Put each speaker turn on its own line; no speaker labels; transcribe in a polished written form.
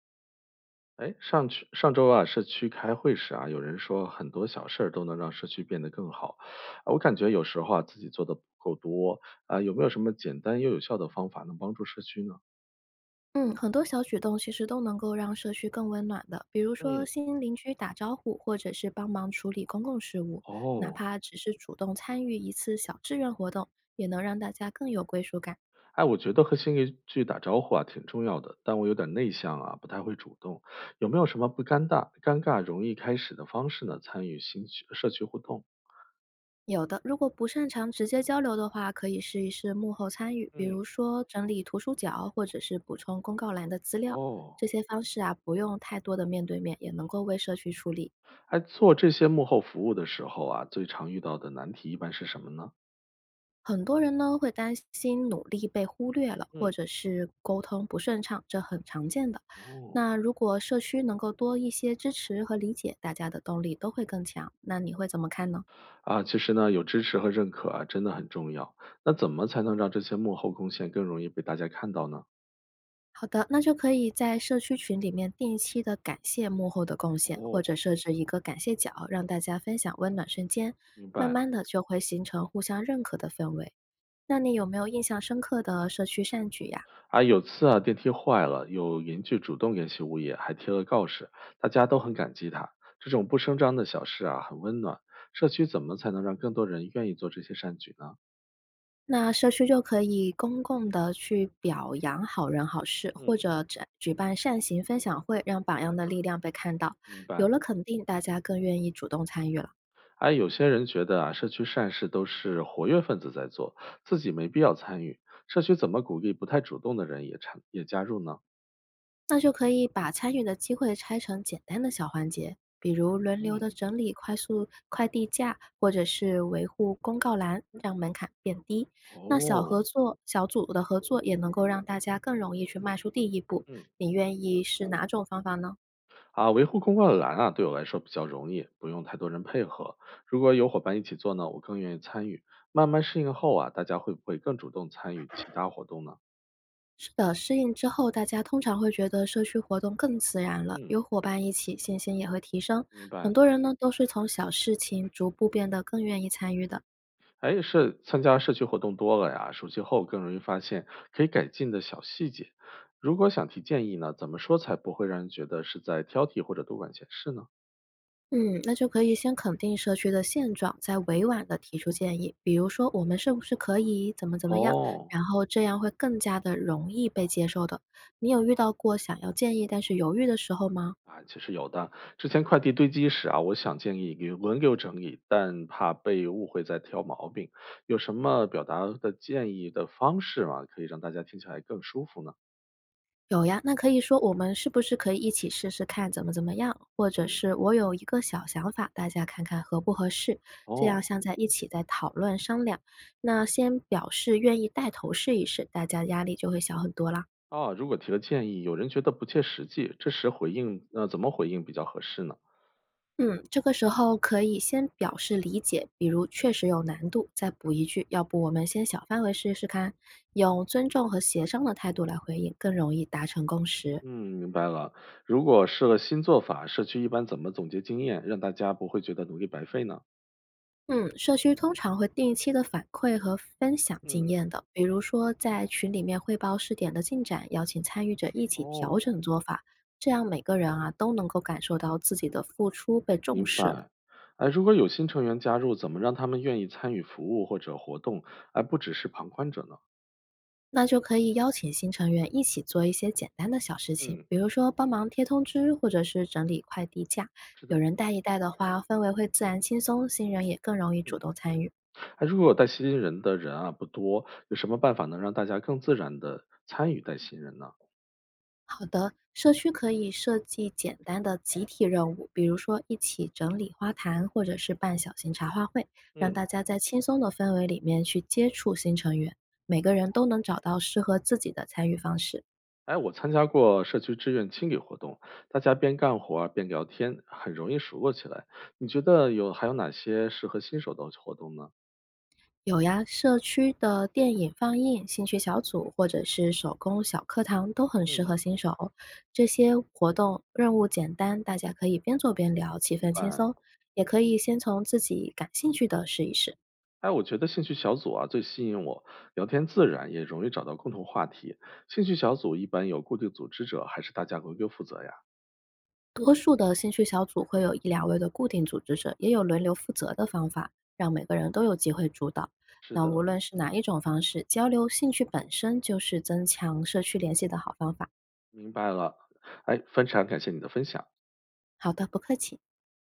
哎，上周啊，社区开会时啊，有人说很多小事儿都能让社区变得更好。啊我感觉有时候啊，自己做的不够多啊，有没有什么简单又有效的方法能帮助社区呢？
嗯，很多小举动其实都能够让社区更温暖的，比如说
嗯，
新邻居打招呼，或者是帮忙处理公共事务，哪
哦，
怕只是主动参与一次小志愿活动，也能让大家更有归属感。
哎，我觉得和新邻居打招呼啊挺重要的，但我有点内向啊，不太会主动。有没有什么不尴尬、容易开始的方式呢？参与新区社区互动？
有的，如果不擅长直接交流的话，可以试一试幕后参与，比
嗯，
如说整理图书角，或者是补充公告栏的资料。
哦，
这些方式啊，不用太多的面对面，也能够为社区出力。
哎，做这些幕后服务的时候啊，最常遇到的难题一般是什么呢？
很多人呢会担心努力被忽略了，或
嗯，
者是沟通不顺畅，这很常见的。
哦。
那如果社区能够多一些支持和理解，大家的动力都会更强。那你会怎么看呢？
啊，其实呢，有支持和认可啊，真的很重要。那怎么才能让这些幕后贡献更容易被大家看到呢？
好的，那就可以在社区群里面定期的感谢幕后的贡献，或
哦，
者设置一个感谢角，让大家分享温暖瞬间，
明
慢
白
慢的就会形成互相认可的氛围。那你有没有印象深刻的社区善举呀？
啊，有次啊，电梯坏了，有邻居主动联系物业，还贴了告示，大家都很感激他。这种不声张的小事啊，很温暖。社区怎么才能让更多人愿意做这些善举呢？
那社区就可以公共的去表扬好人好事，
嗯，
或者展举办善行分享会，让榜样的力量被看到。
明
有
白。
了肯定，大家更愿意主动参与了。
哎，有些人觉得啊，社区善事都是活跃分子在做，自己没必要参与。社区怎么鼓励不太主动的人也加入呢？
那就可以把参与的机会拆成简单的小环节，比如轮流
嗯，
的整理快速快递架，或者是维护公告栏，让门槛变低。那小
哦。
合作、小组的合作也能够让大家更容易去迈出第一步。
嗯，
你愿意是哪种方法呢？
啊，维护公告栏啊，对我来说比较容易，不用太多人配合。如果有伙伴一起做呢，我更愿意参与。慢慢适应后啊，大家会不会更主动参与其他活动呢？
是的，适应之后，大家通常会觉得社区活动更自然了，
嗯，
有伙伴一起，信心也会提升。
明
很
白。
多人呢都是从小事情逐步变得更愿意参与的。
哎，是参加社区活动多了呀，熟悉后更容易发现可以改进的小细节。如果想提建议呢，怎么说才不会让人觉得是在挑剔或者多管闲事呢？
嗯，那就可以先肯定社区的现状，再
嗯，
委婉的提出建议，比如说我们是不是可以怎么怎么样，
哦。
然后这样会更加的容易被接受的。你有遇到过想要建议但是犹豫的时候吗？
啊，其实有的。之前快递堆积时啊，我想建议给轮流整理，但怕被误会在挑毛病。有什么表达的建议的方式吗？可以让大家听起来更舒服呢？
有呀，那可以说我们是不是可以一起试试看怎么怎么样，或者
嗯，
是我有一个小想法，大家看看合不合适，这
哦，
样像在一起在讨论商量。那先表示愿意带头试一试，大家压力就会小很多啦。
啊，如果提了建议，有人觉得不切实际，这时回应，怎么回应比较合适呢？
嗯，这个时候可以先表示理解，比如确实有难度，再补一句，要不我们先小范围试试看，用尊重和协商的态度来回应，更容易达成共识。
嗯，明白了。如果试了新做法，社区一般怎么总结经验，让大家不会觉得努力白费呢？
嗯，社区通常会定期的反馈和分享经
嗯，
验的，比如说在群里面汇报试点的进展，邀请参与者一起调整
哦。
做法，这样每个人啊都能够感受到自己的付出被重
明
视了。
白。哎，如果有新成员加入，怎么让他们愿意参与服务或者活动，而不只是旁观者呢？
那就可以邀请新成员一起做一些简单的小事情，
嗯，
比如说帮忙贴通知，或者是整理快递架。
是
有
的，
人带一带的话，氛围会自然轻松，新人也更容易
嗯。
主动参与。
哎，如果带新人的人啊不多，有什么办法能让大家更自然的参与带新人呢？
好的，社区可以设计简单的集体任务，比如说一起整理花坛，或者是办小型茶话会，让
嗯，
大家在轻松的氛围里面去接触新成员，每个人都能找到适合自己的参与方式。
哎，我参加过社区志愿清理活动，大家边干活儿边聊天，很容易熟络起来。你觉得有还有哪些适合新手的活动呢？
有呀，社区的电影放映、兴趣小组或者是手工小课堂都很适合
嗯，
新手。这些活动任务简单，大家可以边做边聊，气
明
氛轻
白。
松。也可以先从自己感兴趣的试一试。
哎，我觉得兴趣小组啊最吸引我，聊天自然，也容易找到共同话题。兴趣小组一般有固定组织者，还是大家轮流负责呀？
多数的兴趣小组会有1~2位的固定组织者，也有轮流负责的方法，让每个人都有机会主导。
是
那无
的，
论是哪一种方式，交流兴趣本身就是增强社区联系的好方法。
明白了。哎，非常感谢你的分享。
好的，不客气。